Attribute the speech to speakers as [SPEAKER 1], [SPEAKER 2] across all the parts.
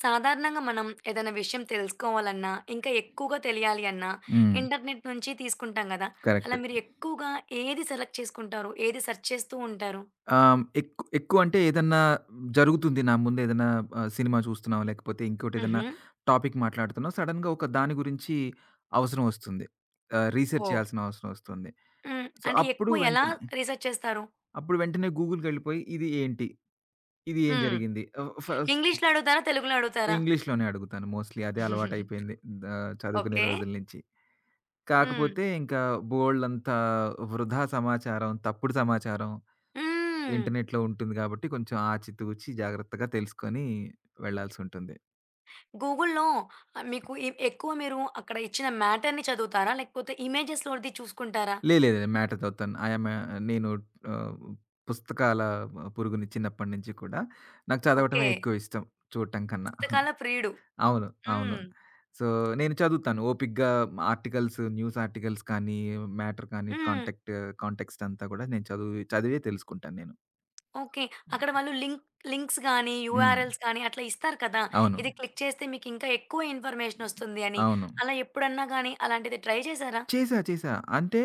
[SPEAKER 1] సాధారణంగా మనం ఏదైనా విషయం తెలుసుకోవాలన్నా, ఇంకా ఎక్కువగా తెలియాలి అన్నా,
[SPEAKER 2] హ్మ్.
[SPEAKER 1] ఇంటర్నెట్ నుంచి తీసుకుంటాం గదా!
[SPEAKER 2] కరెక్ట్.
[SPEAKER 1] అలా మీరు ఎక్కువగా ఏది సెలెక్ట్ చేసుకుంటారు? ఏది సెర్చ్ చేస్తూ ఉంటారు?
[SPEAKER 2] ఎక్కువంటే ఏదన్నా జరుగుతుంది నా ముందేదన్నా సినిమా చూస్తున్నాం, లేకపోతే ఇంకోటేదన్నా
[SPEAKER 1] హుహు.
[SPEAKER 2] టాపిక్ మాట్లాడుతున్నాం. సడెన్‌గా ఒక దాని గురించి అవసరం వస్తుంది. రీసెర్చ్
[SPEAKER 1] ఓహ్!
[SPEAKER 2] చేయాల్సిన అవసరం వస్తుంది.
[SPEAKER 1] హ్మ్.
[SPEAKER 2] సో,
[SPEAKER 1] అంటే
[SPEAKER 2] అప్పుడు
[SPEAKER 1] ఎక్కువ ఎలా
[SPEAKER 2] వెంటనే
[SPEAKER 1] రీసెర్చ్ చేస్తారు?
[SPEAKER 2] గూగుల్‌కెళ్ళిపోయి ఇది ఏంటి? ఇది ఏం
[SPEAKER 1] హ్మ్.
[SPEAKER 2] జరిగింది? ఫస్ట్
[SPEAKER 1] ఇంగ్లీష్‌లో అడుగుతారా? తెలుగులో అడుగుతారా?
[SPEAKER 2] ఇంగ్లీష్‌లోనే అడుగుతాను మోస్ట్‌లీ. అదే అలవాటైపోయింది. చదువుకునే
[SPEAKER 1] ఓకే.
[SPEAKER 2] రోజుల నుంచి.
[SPEAKER 1] హ్మ్.
[SPEAKER 2] కాకపోతే ఇంకా బోలెడంత వృధా సమాచారం, తప్పుడు సమాచారం
[SPEAKER 1] హ్మ్.
[SPEAKER 2] ఇంటర్నెట్‌లో ఉంటుంది గాబట్టి కొంచెం ఆచితూచి జాగ్రత్తగా తెలుసుకొని వెళ్ళాల్సుంటుంది.
[SPEAKER 1] గూగుల్‌లో ఆహ్, మీకు ఎక్కువ మీరు అక్కడ ఇచ్చిన మ్యాటర్‌ని చదువుతారా? లేకపోతే ఇమేజెస్‌లోది చూసుకుంటారా?
[SPEAKER 2] లేదండి. మ్యాటర్ చదువుతాను. ఐయామ్ ఎ నేను ఆహ్, పుస్తకాల పురుగుని చిన్నప్పటి నుంచి కూడా. నాకు చదవటమే
[SPEAKER 1] ఓకే.
[SPEAKER 2] ఎక్కువ ఇష్టం చూడటం కన్నా.
[SPEAKER 1] పుస్తకాల ప్రియుడు.
[SPEAKER 2] అవును. అవును.
[SPEAKER 1] హ్మ్.
[SPEAKER 2] సో, నేను చదువుతాను. ఓపికగా ఆర్టికల్స్, న్యూస్ ఆర్టికల్స్ కానీ, మ్యాటర్ కానీ,
[SPEAKER 1] హ్మ్.
[SPEAKER 2] కాంటాక్ట్ కాంటెక్స్ట్ అంతా గూడా నేను చదివే తెలుసుకుంటాను నేను.
[SPEAKER 1] ఓకే. అక్కడ వాళ్ళు లింక్ లింక్స్ గానీ,
[SPEAKER 2] హ్మ్.
[SPEAKER 1] యూఆర్ఎల్స్ కానీ అట్లా ఇస్తారు కదా!
[SPEAKER 2] అవును.
[SPEAKER 1] ఇది క్లిక్ చేస్తే మీకింకా ఎక్కువ ఇన్ఫర్మేషనొస్తుంది అని.
[SPEAKER 2] అవును.
[SPEAKER 1] అలా ఎప్పుడన్నా గానీ అలాంటిది ట్రై చేశారా?
[SPEAKER 2] చేశా. చేశా. అంటే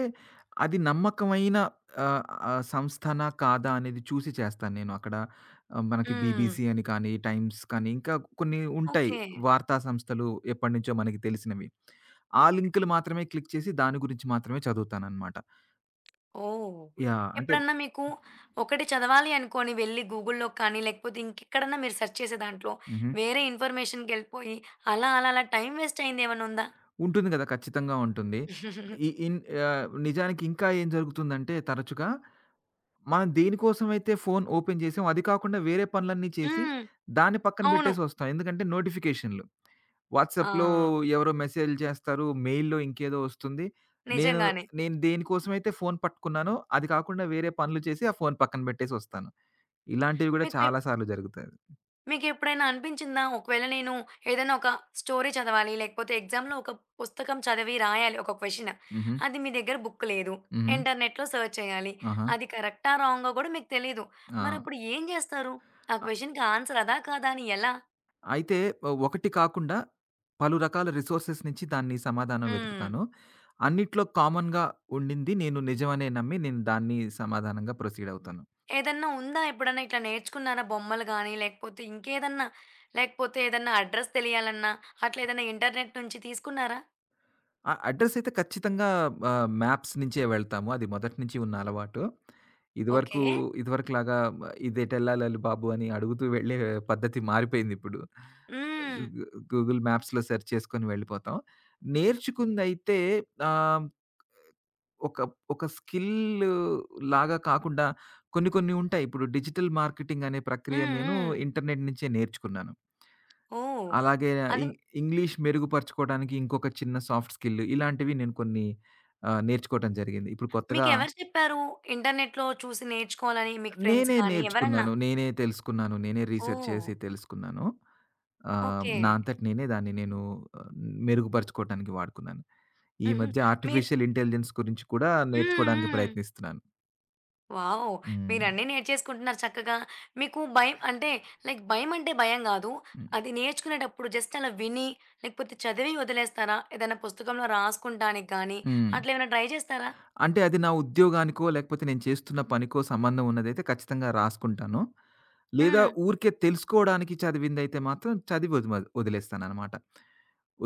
[SPEAKER 2] అది నమ్మకమైన ఆహ్, ఆహ్, సంస్థనా? కాదా? అనేది చూసి చేస్తాను నేను. అక్కడ మనకి
[SPEAKER 1] హ్మ్.
[SPEAKER 2] బీబీసీ అని కానీ, టైమ్స్ కానీ ఇంకా కొన్ని ఉంటాయి.
[SPEAKER 1] ఓకే.
[SPEAKER 2] వార్తా సంస్థలు ఎప్పటినుంచో మనకి తెలిసినవి. ఆ లింకులు మాత్రమే క్లిక్ చేసి దాని గురించి మాత్రమే చదువుతాననమాట.
[SPEAKER 1] ఓహ్!
[SPEAKER 2] యాహ్! అంటే
[SPEAKER 1] ఎప్పుడన్నా మీకు ఒకటి చదవాలి అనుకోని వెళ్లి గూగుల్‌లో కానీ, లేకపోతే ఇంకెక్కడన్నా మీరు సెర్చ్ చేసే దాంట్లో
[SPEAKER 2] హుహు.
[SPEAKER 1] వేరే ఇన్ఫర్మేషన్‌కెళ్ళిపోయి అలా అలా అలా టైం వేస్ట్ అయిందేమన్నుందా?
[SPEAKER 2] ఉంటుంది గదా! ఖచ్చితంగా ఉంటుంది.
[SPEAKER 1] హ్మ్.
[SPEAKER 2] ఇ ఇన్ నిజానికి ఇంకా ఏం జరుగుతుందంటే తరచుగా మనం దేనికోసమైతే ఫోను ఓపెన్ చేసామో, అది కాకుండా వేరే పనులన్నీ చేసి, దాన్ని పక్కన
[SPEAKER 1] అవును.
[SPEAKER 2] పెట్టేసొస్తాం. ఎందుకంటే నోటిఫికేషన్‌లు. వాట్సాప్‌లో
[SPEAKER 1] ఆ!
[SPEAKER 2] ఎవరో మెసేజ్‌లు చేస్తారు. మెయిల్‌లో ఇంకేదో ఒస్తుంది. నేను
[SPEAKER 1] నిజంగానే.
[SPEAKER 2] నేను దేనికోసమైతే ఫోను పట్టుకున్నానో, అది కాకుండా వేరే పనులు చేసి, ఆ ఫోను పక్కన పెట్టేసొస్తాను. ఇలాంటివి గూడా
[SPEAKER 1] మీకు
[SPEAKER 2] చాలా సార్లు జరుగుతాయి.
[SPEAKER 1] మీకెప్పుడైనా అనిపించిందా? ఒకవేళ నేను ఏదైనా ఒక స్టోరీ చదవాలి, లేకపోతే ఎగ్జామ్‌లో ఒక పుస్తకం చదివి రాయాలి ఒక క్వెషన్.
[SPEAKER 2] హుహు.
[SPEAKER 1] అది మీ దగ్గర బుక్ లేదు.
[SPEAKER 2] హుహు.
[SPEAKER 1] ఇంటర్నెట్‌లో సెర్చ్ చేయాలి.
[SPEAKER 2] ఆహా!
[SPEAKER 1] అది కరెక్టా? రాంగా? గూడా మీకు తెలీదు.
[SPEAKER 2] ఆ!
[SPEAKER 1] మరప్పుడు ఏం జేస్తారు? ఆ క్వెషన్‌కి ఆన్సర్ అదా? కాదా? అని ఎలా?
[SPEAKER 2] అయితే ఒకటి కాకుండా పలు రకాల రిసోర్సెస్ నుంచి దాన్ని సమాధానం
[SPEAKER 1] హ్మ్.
[SPEAKER 2] వెతుకుతాను. అన్నిట్లో కామన్‌గా ఉండింది నిజమనే నమ్మి నేను దాన్ని సమాధానంగా ప్రొసీడ్ అవుతాను.
[SPEAKER 1] ఏదన్నా ఉందా? ఎప్పుడన్నా ఇట్లా నేర్చుకున్నారా? బొమ్మలు గానీ, లేకపోతే ఇంకేదన్నా? లేకపోతే ఏదన్నా అడ్రెస్ తెలియాలన్నా, అట్లా ఏదన్నా ఇంటర్నెట్ నుంచి తీసుకున్నారా?
[SPEAKER 2] ఆ అడ్రెస్ అయితే ఖచ్చితంగా మ్యాప్స్ నుంచే వెళ్తాము. అది మొదటి నుంచి ఉన్న అలవాటు. ఇదివరకు,
[SPEAKER 1] ఓకే.
[SPEAKER 2] ఇదివరకులాగా ఇదెటెళ్ళాలాలు బాబు అని అడుగుతూ వెళ్ళే పద్ధతి మారిపోయిందిప్పుడు.
[SPEAKER 1] హ్మ్.
[SPEAKER 2] గూగుల్ మ్యాప్స్‌లో సెర్చ్ చేసుకొని వెళ్ళిపోతాం. నేర్చుకుందైతే ఆహ్ ఒక ఒక స్కిల్ లాగా కాకుండా కొన్ని కొన్ని ఉంటాయి. ఇప్పుడు డిజిటల్ మార్కెటింగ్ అనే ప్రక్రియ
[SPEAKER 1] హ్మ్.
[SPEAKER 2] నేను
[SPEAKER 1] హ్మ్.
[SPEAKER 2] ఇంటర్నెట్ నుంచే నేర్చుకున్నాను.
[SPEAKER 1] ఓహ్!
[SPEAKER 2] అలాగే ఇ
[SPEAKER 1] అది
[SPEAKER 2] ఇంగ్లీష్ మెరుగుపరుచుకోవడానికి ఇంకొక చిన్న సాఫ్ట్ స్కిల్ ఇలాంటివి నేను కొన్ని నేర్చుకోవటం జరిగింది. ఇప్పుడు కొత్తగా
[SPEAKER 1] మీకెవరు చెప్పారు? ఇంటర్నెట్‌లో చూసి నేర్చుకోవాలని మీకు ఫ్రెండ్స్
[SPEAKER 2] నేనే
[SPEAKER 1] కానీ ఎవరన్నా?
[SPEAKER 2] నేర్చుకున్నాను. నేనే తెలుసుకున్నాను. నేనే రీసెర్చ్
[SPEAKER 1] ఓహ్!
[SPEAKER 2] చేసి తెలుసుకున్నాను.
[SPEAKER 1] ఓకే.
[SPEAKER 2] నా అంతట నేనే దాన్ని ఆహ్, మెరుగుపరుచుకోవటానికి వాడుకున్నాను. ఈ
[SPEAKER 1] హుహు.
[SPEAKER 2] మధ్య
[SPEAKER 1] మీరు
[SPEAKER 2] ఆర్టిఫిషియల్ ఇంటెలిజెన్స్ గురించి కూడా
[SPEAKER 1] హ్మ్.
[SPEAKER 2] నేర్చుకోవడానికి
[SPEAKER 1] హ్మ్.
[SPEAKER 2] ప్రయత్నిస్తున్నాను.
[SPEAKER 1] వావ్!
[SPEAKER 2] హ్మ్.
[SPEAKER 1] మీరన్నీ నేర్చేసుకుంటున్నారు చక్కగా. మీకు భయం అంటే లైక్ భయం అంటే భయం గాదు.
[SPEAKER 2] హ్మ్.
[SPEAKER 1] అది నేర్చుకునేటప్పుడు జస్ట్ అలా విని లేకపోతే చదివి వదిలేస్తారా? ఏదైనా పుస్తకంలో రాసుకుంటానికి గానీ
[SPEAKER 2] హ్మ్.
[SPEAKER 1] అట్లా ఏమైనా ట్రై చేస్తారా?
[SPEAKER 2] అంటే అది నా ఉద్యోగానికో, లేకపోతే నేను చేస్తున్న పనికో సంబంధం ఉన్నదైతే ఖచ్చితంగా రాసుకుంటాను. లేదా
[SPEAKER 1] హ్మ్.
[SPEAKER 2] ఊరికే తెలుసుకోవడానికి చదివిందైతే మాత్రం చదివి వదిలేస్తాననమాట.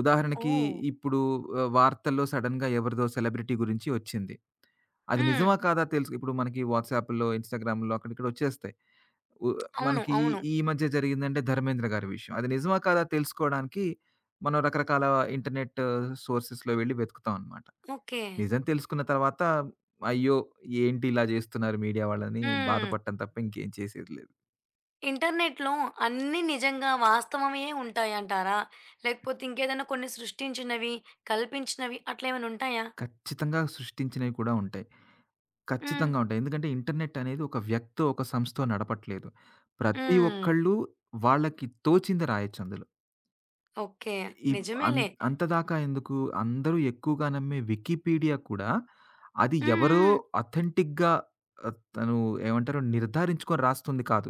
[SPEAKER 2] ఉదాహరణకి
[SPEAKER 1] ఓహ్!
[SPEAKER 2] ఇప్పుడు వార్తల్లో సడెన్‌గా ఎవరిదో సెలబ్రిటీ గురించి వచ్చింది. అది
[SPEAKER 1] హ్మ్.
[SPEAKER 2] నిజమా కాదా తెలుసు ఇప్పుడు మనకి వాట్సాప్‌లో, ఇన్‌స్టాగ్రామ్‌లో అక్కడ ఇక్కడ వచ్చేస్తాయి. ఉ
[SPEAKER 1] అవును.
[SPEAKER 2] మనకి
[SPEAKER 1] అవును.
[SPEAKER 2] ఈ మధ్య జరిగిందంటే ధర్మేంద్ర గారి విషయం. అది నిజమా కాదా తెలుసుకోవడానికి మనం రకరకాల ఇంటర్నెట్ సోర్సెస్‌లో వెళ్లి వెతుకుతాం అనమాట.
[SPEAKER 1] ఓకే.
[SPEAKER 2] నిజం తెలుసుకున్న తర్వాత, అయ్యో! ఏంటి ఇలా జేస్తున్నారు మీడియా వాళ్ళని
[SPEAKER 1] హ్మ్.
[SPEAKER 2] బాధపడటం తప్ప ఇంకేం చేసేది లేదు.
[SPEAKER 1] ఇంటర్నెట్‌లో అన్నీ నిజంగా వాస్తవమే ఉంటాయంటారా? లేకపోతే ఇంకేదైనా కొన్ని సృష్టించినవి, కల్పించినవి అట్లా ఏమైనా ఉంటాయా?
[SPEAKER 2] ఖచ్చితంగా సృష్టించినవి కూడా ఉంటాయి.
[SPEAKER 1] హ్మ్.
[SPEAKER 2] ఖచ్చితంగా ఉంటాయి. ఎందుకంటే ఇంటర్నెట్ అనేది ఒక వ్యక్తో, ఒక సంస్థో నడపట్లేదు. ప్రతి
[SPEAKER 1] హ్మ్.
[SPEAKER 2] ఒక్కళ్ళు వాళ్ళకి తోచింది రాయొచ్చు అందులో.
[SPEAKER 1] ఓకే.
[SPEAKER 2] ఇప్ అం
[SPEAKER 1] నిజమేలే.
[SPEAKER 2] అంతదాకా ఎందుకు అందరూ ఎక్కువగా నమ్మే వికీపీడియా కూడా అది
[SPEAKER 1] హ్మ్.
[SPEAKER 2] ఎవరో
[SPEAKER 1] హ్మ్.
[SPEAKER 2] అథెంటిక్‌గా తను ఏమంటారు నిర్ధారించుకొని రాస్తుంది కాదు.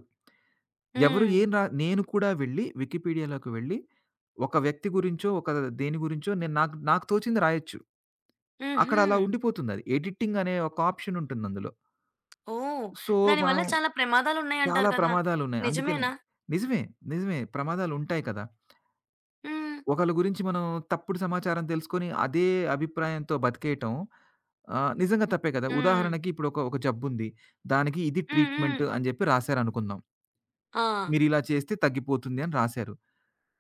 [SPEAKER 2] ఎవరు
[SPEAKER 1] హ్మ్.
[SPEAKER 2] ఏం రా నేను కూడా వెళ్ళి వికీపీడియాలోకి వెళ్ళి, ఒక వ్యక్తి గురించో, ఒక దేని గురించో నేను నాకు నాకు తోచింది రాయొచ్చు. అక్కడ
[SPEAKER 1] హుహు.
[SPEAKER 2] అలా ఉండిపోతుందది. ఎడిటింగ్ అనే ఒక ఆప్షన్ ఉంటుందందులో.
[SPEAKER 1] ఓహ్!
[SPEAKER 2] సో, మనం
[SPEAKER 1] దానివల్ల చాలా
[SPEAKER 2] చాలా
[SPEAKER 1] ప్రమాదాలున్నాయంటారు కదా!
[SPEAKER 2] ప్రమాదాలున్నాయి. అందుకనే
[SPEAKER 1] నిజమేనా?
[SPEAKER 2] నిజమే. నిజమే. ప్రమాదాలుంటాయి కదా!
[SPEAKER 1] హ్మ్.
[SPEAKER 2] ఒకళ్ళ గురించి మనం తప్పుడు సమాచారం తెలుసుకొని, అదే అభిప్రాయంతో బతికేయటం నిజంగా తప్పే కదా!
[SPEAKER 1] హ్మ్.
[SPEAKER 2] ఉదాహరణకి ఒక జబ్బుంది. దానికి ఇది
[SPEAKER 1] హ్మ్. హ్మ్.
[SPEAKER 2] ట్రీట్‌మెంట్ అని జెప్పి రాశారనుకుందాం.
[SPEAKER 1] ఆ!
[SPEAKER 2] మీరిలా చేస్తే తగ్గిపోతుంది అని రాశారు.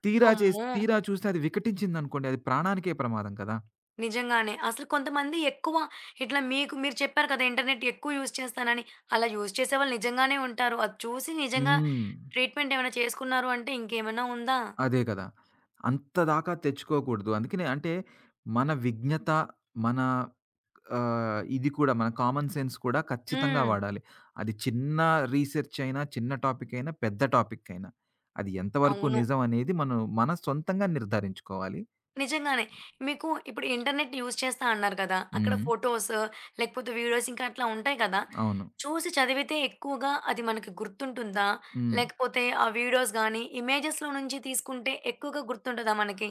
[SPEAKER 2] తీరా చేసి
[SPEAKER 1] అమ్మో!
[SPEAKER 2] తీరా చూస్తే అది వికటించిందనుకోండి, అది ప్రాణానికే ప్రమాదం కదా!
[SPEAKER 1] నిజంగానే. అసలు కొంతమంది ఎక్కువ ఇట్లా మీకు మీరు చెప్పారు కదా! ఇంటర్నెట్ ఎక్కువ యూజ్ చేస్తానని. అలా యూజ్ చేసేవాళ్ళు నిజంగానే ఉంటారు. అది చూసి నిజంగా
[SPEAKER 2] హ్మ్.
[SPEAKER 1] ట్రీట్మెంట్ ఏమైనా చేసుకున్నారు అంటే ఇంకేమైనా ఉందా?
[SPEAKER 2] అదే కదా! అంత దాకా తెచ్చుకోకూడదు. అందుకనే అంటే మన విజ్ఞత, మన ఇది కూడా మన కామన్ సెన్స్ కూడా ఖచ్చితంగా
[SPEAKER 1] హ్మ్.
[SPEAKER 2] వాడాలి. అది చిన్న రీసెర్చ్ అయినా, చిన్న టాపిక్ అయినా, పెద్ద టాపిక్ అయినా. అది ఎంతవరకు
[SPEAKER 1] అవును.
[SPEAKER 2] నిజం అనేది మనం మన సొంతంగా నిర్ధారించుకోవాలి.
[SPEAKER 1] నిజంగానే. మీకు ఇప్పుడు ఇంటర్నెట్ యూజ్ చేస్తా అన్నారు కదా! అక్కడ
[SPEAKER 2] హ్మ్.
[SPEAKER 1] ఫోటోస్ లేకపోతే వీడియోస్ ఇంకా అట్లా ఉంటాయి కదా!
[SPEAKER 2] అవును.
[SPEAKER 1] చూసి చదివితే ఎక్కువగా అది మనకి గుర్తుంటుందా?
[SPEAKER 2] హ్మ్.
[SPEAKER 1] లేకపోతే ఆ వీడియోస్ గానీ, ఇమేజెస్‌లో నుంచి తీసుకుంటే ఎక్కువగా గుర్తుంటదా మనకి?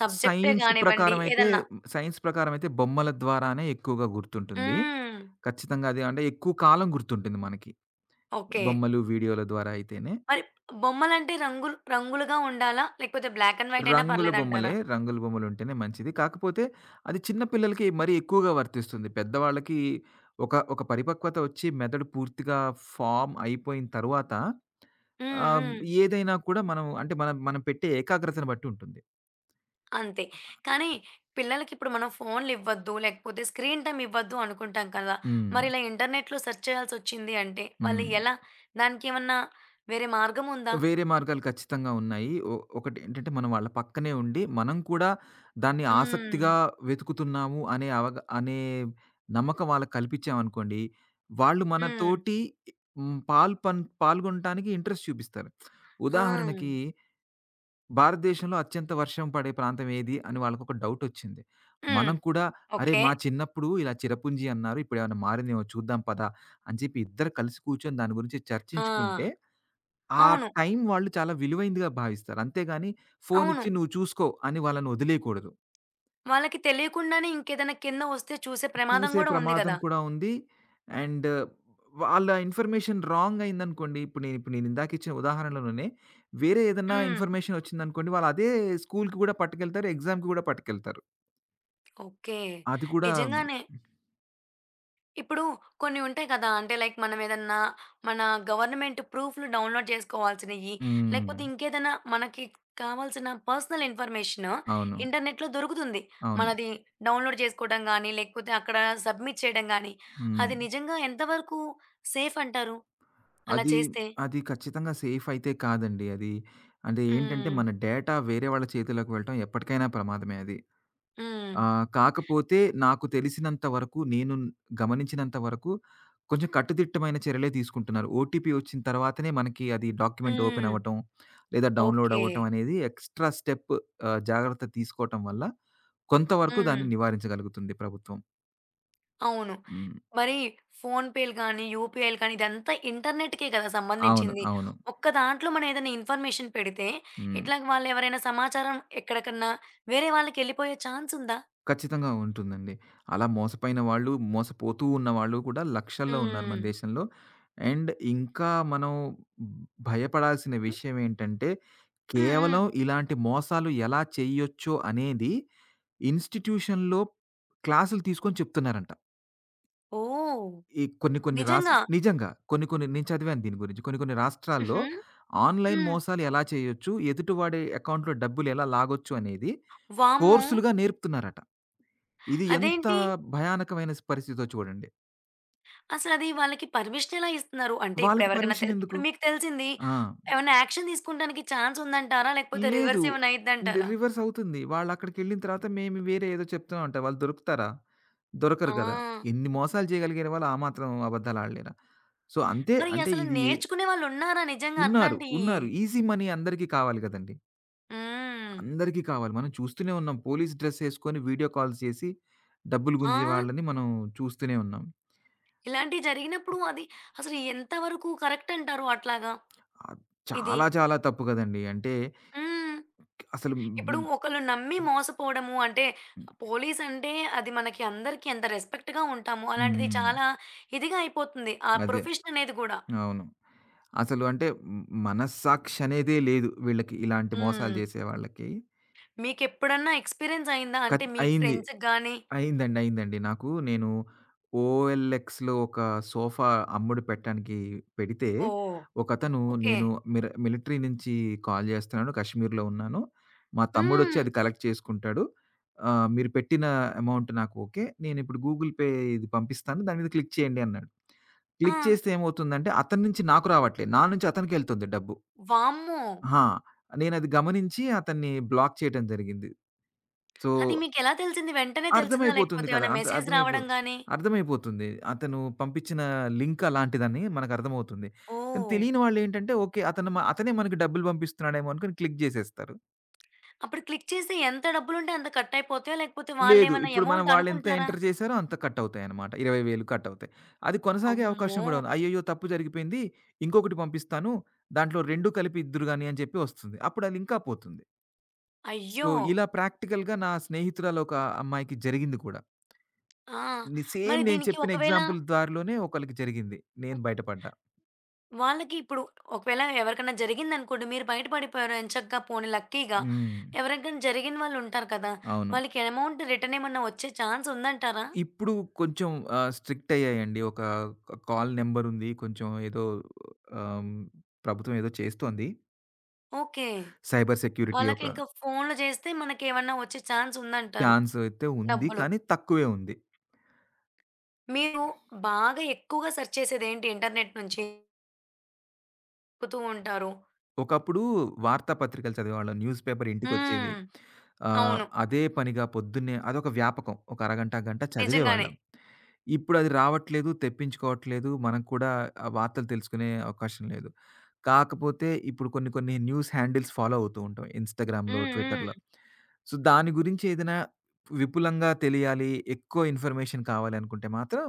[SPEAKER 1] సబ్జెక్టే
[SPEAKER 2] సైన్స్
[SPEAKER 1] గానివ్వండి
[SPEAKER 2] ప్రకారమైతే
[SPEAKER 1] ఏదన్నా?
[SPEAKER 2] సైన్స్ ప్రకారమైతే బొమ్మల ద్వారానే ఎక్కువగా గుర్తుంటుంది.
[SPEAKER 1] హ్మ్.
[SPEAKER 2] ఖచ్చితంగా అది అంటే ఎక్కువ కాలం గుర్తుంటుంది మనకి.
[SPEAKER 1] ఓకే.
[SPEAKER 2] బొమ్మలు, వీడియోల ద్వారా అయితేనే.
[SPEAKER 1] మరి బొమ్మలంటే రంగులు రంగులుగా ఉండాలా? లేకపోతే బ్లాక్ అండ్ వైట్ అయినా
[SPEAKER 2] రంగుల బొమ్మలే,
[SPEAKER 1] పర్లేదంటారా?
[SPEAKER 2] రంగుల బొమ్మలుంటేనే మంచిది. కాకపోతే అది చిన్న పిల్లలకి మరీ ఎక్కువగా వర్తిస్తుంది. పెద్దవాళ్ళకి ఒక ఒక పరిపక్వత వచ్చి మెదడు పూర్తిగా ఫార్మ్ అయిపోయిన తరువాత
[SPEAKER 1] హ్మ్.
[SPEAKER 2] ఆహ్,
[SPEAKER 1] హ్మ్.
[SPEAKER 2] ఏదైనా కూడా మనం అంటే మనం మనం పెట్టే ఏకాగ్రతను బట్టి ఉంటుంది.
[SPEAKER 1] అంతే. కానీ పిల్లలకిప్పుడు మనం ఫోన్‌లివ్వద్దు, లేకపోతే స్క్రీన్ టైమ్ ఇవ్వద్దు అనుకుంటాం కదా!
[SPEAKER 2] హ్మ్.
[SPEAKER 1] మరి ఇలా ఇంటర్నెట్‌లో సెర్చ్ చేయాల్సొచ్చింది అంటే వాళ్ళు
[SPEAKER 2] హ్మ్.
[SPEAKER 1] ఎలా? దానికేమన్నా వేరే మార్గం ఉందా?
[SPEAKER 2] వేరే మార్గాలు ఖచ్చితంగా ఉన్నాయి. ఒకటేంటంటే మనం వాళ్ళ పక్కనే ఉండి, మనం కూడా దాన్ని
[SPEAKER 1] హ్మ్.
[SPEAKER 2] ఆసక్తిగా వెతుకుతున్నాము అనే నమ్మకం వాళ్ళకి కల్పించామనుకోండి, వాళ్ళు
[SPEAKER 1] హ్మ్.
[SPEAKER 2] మనతోటి హ్మ్, పాల్గొనటానికి ఇంట్రెస్ట్ చూపిస్తారు.
[SPEAKER 1] ఆ!
[SPEAKER 2] ఉదాహరణకి భారతదేశంలో అత్యంత వర్షం పడే ప్రాంతం ఏది అని వాళ్ళకొక డౌటొచ్చింది.
[SPEAKER 1] హ్మ్.
[SPEAKER 2] మనం కూడా అరే!
[SPEAKER 1] ఓకే.
[SPEAKER 2] మా చిన్నప్పుడు ఇలా చిరపుంజి అన్నారు. ఇప్పుడేమన్నా మారిందేమో చూద్దాం పదా! అని చెప్పి ఇద్దరు కలిసి కూర్చొని దాని గురించి చర్చించుకుంటే
[SPEAKER 1] ఆ!
[SPEAKER 2] ఆ
[SPEAKER 1] అవును.
[SPEAKER 2] టైం వాళ్ళు చాలా విలువైందిగా భావిస్తారు. అంతేగాని
[SPEAKER 1] అవును.
[SPEAKER 2] ఫోనిచ్చి "నువ్వు చూసుకో" అని వాళ్ళని వదిలేయకూడదు.
[SPEAKER 1] వాళ్ళకి తెలియకుండానే ఇంకేదైనా కింద వస్తే చూసే ప్రమాదం
[SPEAKER 2] చూసే
[SPEAKER 1] గూడా ఉంది
[SPEAKER 2] ప్రమాదం
[SPEAKER 1] గదా!
[SPEAKER 2] కూడా ఉంది. అండ్ వాళ్ళ ఇన్ఫర్మేషన్ రాంగ్ అయిందనుకోండి, ఇప్పుడు నేను ఇందాక ఇచ్చిన ఉదాహరణలోనే వేరే ఏదన్నా
[SPEAKER 1] హ్మ్.
[SPEAKER 2] ఇన్ఫర్మేషన్ వచ్చిందనుకోండి, వాళ్ళు అదే స్కూలుకి కూడా పట్టుకెళ్తారు, ఎగ్జామ్‌కి కూడా పట్టుకెళ్తారు.
[SPEAKER 1] ఓకే.
[SPEAKER 2] అది కూడా
[SPEAKER 1] నిజంగానే. ఇప్పుడు కొన్ని ఉంటాయి కదా! అంటే లైక్ మనం ఏదన్నా మన గవర్నమెంట్ ప్రూఫ్‌లు డౌన్‌లోడ్ చేసుకోవాల్సినయి,
[SPEAKER 2] హ్మ్.
[SPEAKER 1] లేకపోతే ఇంకేదైనా మనకి కావాల్సిన పర్సనల్ ఇన్ఫర్మేషన్
[SPEAKER 2] అవును.
[SPEAKER 1] ఇంటర్నెట్‌లో దొరుకుతుంది.
[SPEAKER 2] అవును.
[SPEAKER 1] మనది డౌన్‌లోడ్ చేసుకోవడం గానీ, లేకపోతే అక్కడ సబ్మిట్ చేయడం గానీ,
[SPEAKER 2] హ్మ్.
[SPEAKER 1] అది నిజంగా ఎంతవరకు సేఫ్ అంటారు అలా
[SPEAKER 2] అది,
[SPEAKER 1] చేస్తే?
[SPEAKER 2] అది ఖచ్చితంగా సేఫ్ అయితే కాదండి. అది అంటే ఏంటంటే,
[SPEAKER 1] హ్మ్.
[SPEAKER 2] మన డేటా వేరే వాళ్ళ చేతిలోకి వెళ్ళటం ఎప్పటికైనా ప్రమాదమే అది.
[SPEAKER 1] హ్మ్.
[SPEAKER 2] కాకపోతే నాకు తెలిసినంత వరకు, గమనించినంత వరకు కొంచెం కట్టుదిట్టమైన చర్యలే తీసుకుంటున్నారు. ఓటీపీ వచ్చిన తర్వాతనే మనకి అది డాక్యుమెంట్ ఓపెన్
[SPEAKER 1] హ్మ్.
[SPEAKER 2] అవ్వటం, లేదా డౌన్‌లోడ్
[SPEAKER 1] ఓకే.
[SPEAKER 2] అవ్వటం అనేది ఎక్స్‌ట్రా స్టెప్ జాగ్రత్త తీసుకోవటం వల్ల కొంతవరకు
[SPEAKER 1] హ్మ్.
[SPEAKER 2] దాన్ని నివారించగలుగుతుంది ప్రభుత్వం.
[SPEAKER 1] అవును.
[SPEAKER 2] హ్మ్.
[SPEAKER 1] మరి ఫోన్‌పేలు గానీ, యూపీఐలు కానీ ఇదంతా ఇంటర్నెట్‌కే కదా
[SPEAKER 2] అవును.
[SPEAKER 1] సంబంధించింది.
[SPEAKER 2] అవును.
[SPEAKER 1] ఒక్క దాంట్లో మనం ఏదైనా ఇన్ఫర్మేషన్ పెడితే,
[SPEAKER 2] హ్మ్.
[SPEAKER 1] ఇట్లాగ వాళ్ళెవరైనా సమాచారం ఎక్కడికన్నా వేరే వాళ్ళకెళ్ళిపోయే ఛాన్స్ ఉందా?
[SPEAKER 2] ఖచ్చితంగా ఉంటుందండి. అలా మోసపోయిన వాళ్ళు, మోసపోతూ ఉన్న వాళ్ళు కూడా లక్షల్లో ఉన్నారు మన
[SPEAKER 1] హ్మ్.
[SPEAKER 2] దేశంలో. అండ్ ఇంకా మనం భయపడాల్సిన
[SPEAKER 1] హ్మ్.
[SPEAKER 2] విషయం ఏంటంటే
[SPEAKER 1] హ్మ్. హ్మ్.
[SPEAKER 2] కేవలం ఇలాంటి మోసాలు ఎలా చేయొచ్చో అనేది ఇన్‌స్టిట్యూషన్‌లో క్లాసులు తీసుకొని చెప్తున్నారంట.
[SPEAKER 1] ఓహ్!
[SPEAKER 2] ఈ కొన్ని కొన్ని రాస్
[SPEAKER 1] నిజంగా.
[SPEAKER 2] నిజంగా. కొన్ని కొన్ని నేను చదివాను దీని గురించి. కొన్ని కొన్ని రాష్ట్రాల్లో
[SPEAKER 1] హుహు.
[SPEAKER 2] ఆన్‌లైన్
[SPEAKER 1] హ్మ్.
[SPEAKER 2] మోసాలు ఎలా చేయొచ్చు? ఎదుటివాడి అకౌంట్‌లో డబ్బులు ఎలా లాగొచ్చు? అనేది
[SPEAKER 1] వామ్మో!
[SPEAKER 2] కోర్సులుగా నేర్పుతున్నారట. ఇది ఎంత
[SPEAKER 1] అదేంటి?
[SPEAKER 2] భయానకమైన పరిస్థితో చూడండి.
[SPEAKER 1] అసలది వాళ్ళకి పర్మిషన్ ఎలా ఇస్తున్నారు? అంటే ఇప్పుడు
[SPEAKER 2] వాళ్ళకి
[SPEAKER 1] ఎవరికైనా
[SPEAKER 2] పర్మిషన్ ఎందుకు?
[SPEAKER 1] ఇప్పుడు మీకు తెలిసింది.
[SPEAKER 2] ఆ!
[SPEAKER 1] ఏమన్నా యాక్షన్ తీసుకోవడానికి ఛాన్స్ ఉందంటారా? లేకపోతే
[SPEAKER 2] లేదు.
[SPEAKER 1] రివర్స్ ఏమైనా అయిద్దంటారా?
[SPEAKER 2] రివర్స్ అవుతుంది. వాళ్ళక్కడికెళ్ళిన తర్వాత మేము వేరే ఏదో చెప్తున్నాం అంట. వాళ్ళు దొరుకుతారా? దొరకరు
[SPEAKER 1] ఆ!
[SPEAKER 2] కదా! ఎన్ని మోసాలు చేయగలిగిన వాళ్ళు ఆ మాత్రం అబద్దాలాడలేరా? సో, అంతే
[SPEAKER 1] మరి
[SPEAKER 2] అంటే
[SPEAKER 1] అసలు
[SPEAKER 2] ఇది
[SPEAKER 1] నేర్చుకునే వాళ్ళున్నారా నిజంగా
[SPEAKER 2] ఉన్నారు.
[SPEAKER 1] అట్లాంటియి?
[SPEAKER 2] ఉన్నారు. ఈజీ మనీ అందరికీ కావాలి కదండీ!
[SPEAKER 1] హ్మ్.
[SPEAKER 2] అందరికీ కావాలి. మనం చూస్తూనే ఉన్నాం. పోలీస్ డ్రెస్ ఏసుకొని వీడియో కాల్స్ చేసి డబ్బులు
[SPEAKER 1] ఆ!
[SPEAKER 2] గుంజే వాళ్ళని మనం చూస్తూనే ఉన్నాం.
[SPEAKER 1] ఇలాంటియి జరిగినప్పుడు అది అసలు ఎంత వరకు కరెక్ట్ అంటారు అట్లాగా
[SPEAKER 2] ఆహ్,
[SPEAKER 1] ఇది?
[SPEAKER 2] చాలా చాలా తప్పు కదండీ! అంటే
[SPEAKER 1] హ్మ్.
[SPEAKER 2] అసలు
[SPEAKER 1] ఇప్పుడు
[SPEAKER 2] హ్మ్.
[SPEAKER 1] ఒకళ్ళు నమ్మి మోసపోవడము అంటే పోలీస్ అంటే అది మనకి అందరికీ ఎంత రెస్పెక్ట్‌గా ఉంటామో అలాంటిది
[SPEAKER 2] హ్మ్.
[SPEAKER 1] చాలా ఇదిగా అయిపోతుంది. ఆ
[SPEAKER 2] అదే.
[SPEAKER 1] ప్రొఫెషన్ అనేది గూడా.
[SPEAKER 2] అవును. అసలు అంటే మ్ మనస్సాక్షి అనేదే లేదు వీళ్ళకి ఇలాంటి మోసాలు
[SPEAKER 1] హ్మ్.
[SPEAKER 2] జేసేవాళ్ళకి.
[SPEAKER 1] మీకెప్పుడన్నా ఎక్స్‌పీరియన్స్ అయిందా? అంటే మీ
[SPEAKER 2] అయింది.
[SPEAKER 1] ఫ్రెండ్స్‌కి గాని
[SPEAKER 2] అయిందండి. అయిందండి. నేను ఓఎల్ఎక్స్‌లో ఒక సోఫా అమ్ముడు పెట్టడానికి పెడితే,
[SPEAKER 1] ఓహ్!
[SPEAKER 2] ఒకతను
[SPEAKER 1] ఓకే.
[SPEAKER 2] నేను మిలిటరీ నుంచి కాల్ జేస్తున్నాను. కశ్మీర్‌లో ఉన్నాను. మా తమ్ముడొచ్చి
[SPEAKER 1] హ్మ్.
[SPEAKER 2] అది కలెక్ట్ చేసుకుంటాడు. మీరు పెట్టిన అమౌంట్ నాకు ఓకే. నేనిప్పుడు గూగుల్ పే ఇది పంపిస్తాను. దాని మీద క్లిక్ చేయండి అన్నాడు. క్లిక్
[SPEAKER 1] ఆ!
[SPEAKER 2] చేస్తే ఏమవుతుందంటే అతని నుంచి నాకు రావట్లేదు. నా నుంచి అతనికెళ్తుంది డబ్బు.
[SPEAKER 1] వామ్మో!
[SPEAKER 2] ఆహా! నేనది గమనించి అతన్ని బ్లాక్ చేయటం జరిగింది. సో,
[SPEAKER 1] అది మీకెలా తెలిసింది? వెంటనే తెలిసిందా?
[SPEAKER 2] అర్థమైపోతుంది
[SPEAKER 1] లేకపోతే
[SPEAKER 2] కదా!
[SPEAKER 1] ఏమైనా
[SPEAKER 2] అంటే
[SPEAKER 1] మెసేజ్
[SPEAKER 2] అర్థమైపో
[SPEAKER 1] రావడం గాని?
[SPEAKER 2] అర్థమైపోతుంది. అతను పంపించిన లింక్ అలాంటిదని మనకర్థమవుతుంది. కానీ
[SPEAKER 1] ఓహ్!
[SPEAKER 2] తెలియని వాళ్ళేంటంటే ఓకే. అతను మ అతనే మనకి డబ్బులు పంపిస్తున్నాడేమో అనుకుని క్లిక్ జేసేస్తారు.
[SPEAKER 1] అప్పుడు క్లిక్ చేసి ఎంత డబ్బులుంటే అంత కట్టయిపోతాయా? లేకపోతే
[SPEAKER 2] లేదు.
[SPEAKER 1] వాళ్ళేమన్నా
[SPEAKER 2] ఇప్పుడు మనం
[SPEAKER 1] ఎమౌంట్
[SPEAKER 2] వాళ్ళెంత
[SPEAKER 1] అనుకుంటారా?
[SPEAKER 2] ఎంటర్ చేశారో అంత కటవుతాయన్నమాట. 20,000 కటవుతాయి. అది కొనసాగే అవకాశం
[SPEAKER 1] అమ్మో!
[SPEAKER 2] గూడా ఉంది. అయ్యయ్యో! తప్పు జరిగిపోయింది. ఇంకొకటి పంపిస్తాను. దాంట్లో 2 కలిపి ఇద్దురు గాని అని చెప్పి వస్తుంది. అప్పుడు ఆ లింకా పోతుంది. సో,
[SPEAKER 1] అయ్యో!
[SPEAKER 2] ఇలా ప్రాక్టికల్‌గా నా స్నేహితురాలు ఒక అమ్మాయికి జరిగింది కూడా.
[SPEAKER 1] ఆ!
[SPEAKER 2] సేమ్
[SPEAKER 1] మరి
[SPEAKER 2] నేను
[SPEAKER 1] దీనికి
[SPEAKER 2] చెప్పిన
[SPEAKER 1] ఒకవేళ
[SPEAKER 2] ఎగ్జాంపుల్ దారిలోనే ఒకళ్ళకి జరిగింది. నేను
[SPEAKER 1] హ్మ్.
[SPEAKER 2] బయటపడ్డా.
[SPEAKER 1] వాళ్ళకి ఇప్పుడు ఒకవేళ ఎవరికన్నా జరిగిందనుకోండి, మీరు బయట పడిపోయారు ఎంచక్కా పోనీ లక్కీగా.
[SPEAKER 2] హ్మ్.
[SPEAKER 1] ఎవరికైనా జరిగిన వాళ్ళుంటారు కదా!
[SPEAKER 2] అవును.
[SPEAKER 1] వాళ్ళకి ఎమౌంట్ రిటర్న్ ఏమన్నా వచ్చే ఛాన్స్ ఉందంటారా?
[SPEAKER 2] ఇప్పుడు కొంచెం స్ట్రిక్ట్ అయ్యాయండి. ఒక కాల్ నంబర్ ఉంది. కొంచెం ఏదో ఆహ్, ప్రభుత్వం ఏదో చేస్తోంది.
[SPEAKER 1] ఓకే.
[SPEAKER 2] సైబర్ సెక్యూరిటీ
[SPEAKER 1] వాళ్ళకి
[SPEAKER 2] ఒక
[SPEAKER 1] ఇంకా ఫోన్‌లు చేస్తే మనకేమన్నా వచ్చే ఛాన్స్ ఉందంటారు
[SPEAKER 2] ఛాన్స్ అయితే ఉంది.
[SPEAKER 1] డబ్బులు.
[SPEAKER 2] కానీ తక్కువే ఉంది.
[SPEAKER 1] మీరు బాగా ఎక్కువగా సెర్చ్ చేసేదేంటి ఇంటర్నెట్ నుంచి? వెతుకుతూ ఉంటారు.
[SPEAKER 2] ఒకప్పుడు వార్తాపత్రికలు చదివేవాళ్ళం. న్యూస్ పేపర్ ఇంటికొచ్చేది.
[SPEAKER 1] హ్మ్. అవును.
[SPEAKER 2] అదే పనిగా పొద్దున్నే అదొక వ్యాపకం. ఒక అరగంట, గంట
[SPEAKER 1] నిజంగానే.
[SPEAKER 2] చదివేవాళ్ళం. ఇప్పుడది రావట్లేదు, తెప్పించుకోవట్లేదు. మనం కూడా ఆ వార్తలు తెలుసుకునే అవకాశం లేదు. కాకపోతే ఇప్పుడు కొన్ని కొన్ని న్యూస్ హ్యాండిల్స్ ఫాలో అవుతూ ఉంటాం. ఇన్‌స్టాగ్రామ్‌లో,
[SPEAKER 1] హ్మ్.
[SPEAKER 2] ట్విట్టర్‌లో.
[SPEAKER 1] హ్మ్.
[SPEAKER 2] సో, దాని గురించి ఏదైనా విపులంగా తెలియాలి, ఎక్కువ ఇన్ఫర్మేషన్ కావాలి అనుకుంటే మాత్రం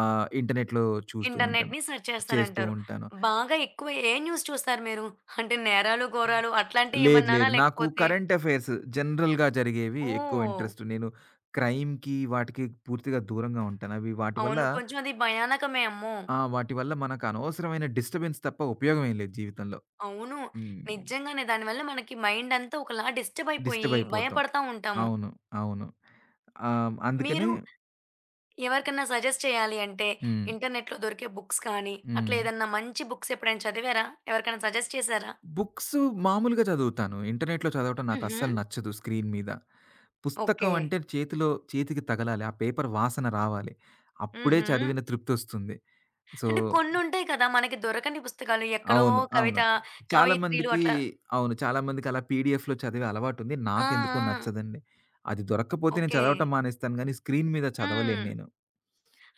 [SPEAKER 2] ఇంటర్నెట్‌లో చూస్తూ ఉంటాను.
[SPEAKER 1] ఇంటర్నెట్‌ని సెర్చ్
[SPEAKER 2] చేస్తూ
[SPEAKER 1] చేస్తానంటారు.
[SPEAKER 2] ఉంటాను.
[SPEAKER 1] బాగా ఎక్కువ ఏ న్యూస్ చూస్తారు మీరు? అంటే నేరాలు, ఘోరాలు
[SPEAKER 2] లేదు,
[SPEAKER 1] అట్లాంటియేమన్నానా?
[SPEAKER 2] లేదు. నాకు
[SPEAKER 1] లేకపోతే
[SPEAKER 2] కరెంట్ అఫైర్స్ జనరల్‌గా జరిగేవి ఎక్కువ
[SPEAKER 1] ఓహ్!
[SPEAKER 2] ఇంట్రెస్ట్. నేను క్రైమ్‌కి వాటికి పూర్తిగా దూరంగా ఉంటాను. అవి వాటి వల్ల
[SPEAKER 1] అవును. కొంచెం అది భయానకమే. అమ్మో!
[SPEAKER 2] ఆ! వాటి వల్ల మనకు అనవసరమైన డిస్టర్బెన్స్ తప్ప ఉపయోగం ఏం లేదు జీవితంలో.
[SPEAKER 1] అవును.
[SPEAKER 2] హ్మ్.
[SPEAKER 1] నిజంగానే దానివల్ల మనకి మైండంతా ఒకలా డిస్టర్బ్ అయిపోయి
[SPEAKER 2] డిస్టర్బ్ అయిపోతాం.
[SPEAKER 1] భయపడతా ఉంటాము.
[SPEAKER 2] అవును. అవును.
[SPEAKER 1] మీరు
[SPEAKER 2] అందుకనే
[SPEAKER 1] ఎవరికన్నా సజెస్ట్ చేయాలి అంటే
[SPEAKER 2] హ్మ్.
[SPEAKER 1] ఇంటర్నెట్‌లో దొరికే బుక్స్ కానీ,
[SPEAKER 2] హ్మ్.
[SPEAKER 1] అట్లా ఏదన్నా మంచి బుక్స్ ఎప్పుడైనా చదివారా? ఎవరికైనా సజెస్ట్ చేసారా?
[SPEAKER 2] బుక్స్ మామూలుగా చదువుతాను. ఇంటర్నెట్‌లో చదవటం నాకు
[SPEAKER 1] హుహు.
[SPEAKER 2] అస్సలు నచ్చదు స్క్రీన్ మీద. పుస్తకం
[SPEAKER 1] ఓకే.
[SPEAKER 2] అంటే చేతికి తగలాలి. ఆ పేపర్ వాసన రావాలి. అప్పుడే
[SPEAKER 1] హుహు.
[SPEAKER 2] చదివిన తృప్తొస్తుంది. సో
[SPEAKER 1] అంటే కొన్నుంటాయి కదా! మనకి దొరకని పుస్తకాలు ఎక్కడో
[SPEAKER 2] అవును. అవును.
[SPEAKER 1] కవిత,
[SPEAKER 2] చాలా
[SPEAKER 1] కవయిత్రీలు
[SPEAKER 2] మందికి
[SPEAKER 1] అట్లా
[SPEAKER 2] అవును. చాలా మందికి అలా పీడిఎఫ్‌లో చదివే అలవాటుంది.
[SPEAKER 1] ఆ!
[SPEAKER 2] నాకెందుకో
[SPEAKER 1] ఆ!
[SPEAKER 2] నచ్చదండి. అది దొరక్కపోతే నేను
[SPEAKER 1] ఓకే.
[SPEAKER 2] చదవటం మానేస్తాను గానీ, స్క్రీన్ మీద చదవలేను
[SPEAKER 1] హ్మ్.
[SPEAKER 2] నేను.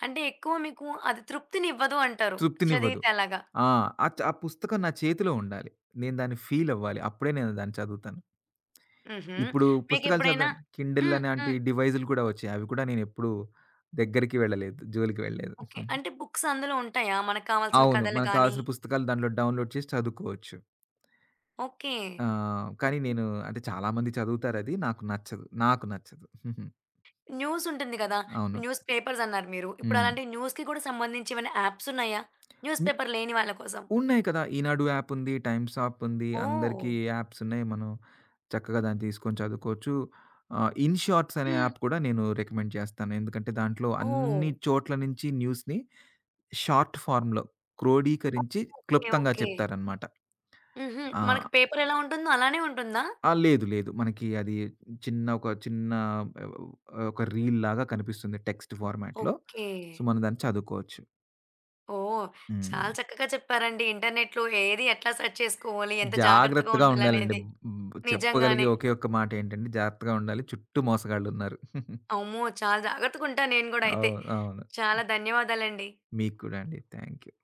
[SPEAKER 1] అంటే ఎక్కువ మీకు అది తృప్తినివ్వదు అంటారు.
[SPEAKER 2] తృప్తినివ్వదు.
[SPEAKER 1] చదివితే అలాగా.
[SPEAKER 2] ఆ! ఆ పుస్తకం నా చేతిలో ఉండాలి. నేను దాన్ని ఫీల్ అవ్వాలి. అప్పుడే నేను దాన్ని చదువుతాను.
[SPEAKER 1] హుహు.
[SPEAKER 2] ఇప్పుడు పుస్తకాలు
[SPEAKER 1] మీకెప్పుడైనా
[SPEAKER 2] చదవండి. కిండిల్
[SPEAKER 1] హ్మ్.
[SPEAKER 2] అనేంటి
[SPEAKER 1] హ్మ్.
[SPEAKER 2] డివైజులు కూడా వచ్చాయి. అవి కూడా నేనెప్పుడూ దగ్గరికి వెళ్ళలేదు. జోలికి వెళ్ళలేదు.
[SPEAKER 1] ఓకే. అంటే బుక్స్ అందులో ఉంటాయా? మనకు కావాల్సిన
[SPEAKER 2] అవును.
[SPEAKER 1] కథలు
[SPEAKER 2] మనకు
[SPEAKER 1] గాని?
[SPEAKER 2] కావాల్సిన పుస్తకాలు దాంట్లో డౌన్‌లోడ్ చేసి చదువుకోవచ్చు.
[SPEAKER 1] ఓకే.
[SPEAKER 2] ఆ! కానీ నేను అంటే చాలామంది చదువుతారది. నాకు నచ్చదు. నాకు నచ్చదు. హుహు.
[SPEAKER 1] న్యూస్ ఉంటుంది కదా!
[SPEAKER 2] అవును.
[SPEAKER 1] న్యూస్ పేపర్స్ అన్నారు మీరు. ఇప్పుడు
[SPEAKER 2] హ్మ్.
[SPEAKER 1] అలాంటి న్యూస్‌కి కూడా సంబంధించి ఏమైనా యాప్స్ ఉన్నాయా? న్యూస్
[SPEAKER 2] ని
[SPEAKER 1] పేపర్ లేని వాళ్ళ కోసం.
[SPEAKER 2] ఉన్నాయి కదా! ఈనాడు యాప్ ఉంది. టైమ్స్ అప్ ఉంది.
[SPEAKER 1] ఓహ్!
[SPEAKER 2] అందరికీ యాప్స్ ఉన్నాయి. మనం చక్కగా దాన్ని తీసుకొని చదువుకోవచ్చు. ఇన్ షార్ట్స్ అనే
[SPEAKER 1] హ్మ్.
[SPEAKER 2] యాప్ కూడా నేను రికమెండ్ చేస్తాను. ఎందుకంటే దాంట్లో
[SPEAKER 1] ఓహ్!
[SPEAKER 2] అన్ని చోట్ల నుంచి న్యూస్‌ని షార్ట్ ఫార్మ్‌లో క్రోడీకరించి
[SPEAKER 1] ఓకే.
[SPEAKER 2] క్లుప్తంగా
[SPEAKER 1] ఓకే.
[SPEAKER 2] చెప్తారనమాట.
[SPEAKER 1] హుహు.
[SPEAKER 2] ఆ!
[SPEAKER 1] మనకి పేపర్ ఎలా ఉంటుందో అలానే ఉంటుందా?
[SPEAKER 2] ఆ! లేదు. లేదు. మనకి అది ఒక చిన్న ఆహ్, ఒక రీల్ లాగా కనిపిస్తుంది టెక్స్ట్ ఫార్మాట్‌లో.
[SPEAKER 1] ఓకే.
[SPEAKER 2] సో, మనం దాన్ని చదువుకోవచ్చు.
[SPEAKER 1] ఓహ్!
[SPEAKER 2] హ్మ్.
[SPEAKER 1] చాలా చక్కగా చెప్పారండి. ఇంటర్నెట్‌లో ఏది ఎట్లా సెర్చ్ చేసుకోవాలి? ఎంత జాగ్రత్తగా
[SPEAKER 2] జాగ్రత్తగా ఉండాలండి.
[SPEAKER 1] ఉండాలనేది.
[SPEAKER 2] హ్మ్. చెప్పగలిగే
[SPEAKER 1] నిజంగానే.
[SPEAKER 2] ఒకే ఒక్క మాట ఏంటంటే జాగ్రత్తగా ఉండాలి. చుట్టూ మోసగాళ్ళున్నారు.
[SPEAKER 1] అమ్మో! చాలా జాగ్రత్తగుంటా నేను గూడా అయితే.
[SPEAKER 2] అవును. అవును.
[SPEAKER 1] చాలా ధన్యవాదాలండి.
[SPEAKER 2] మీకు కూడా అండి. Thank you.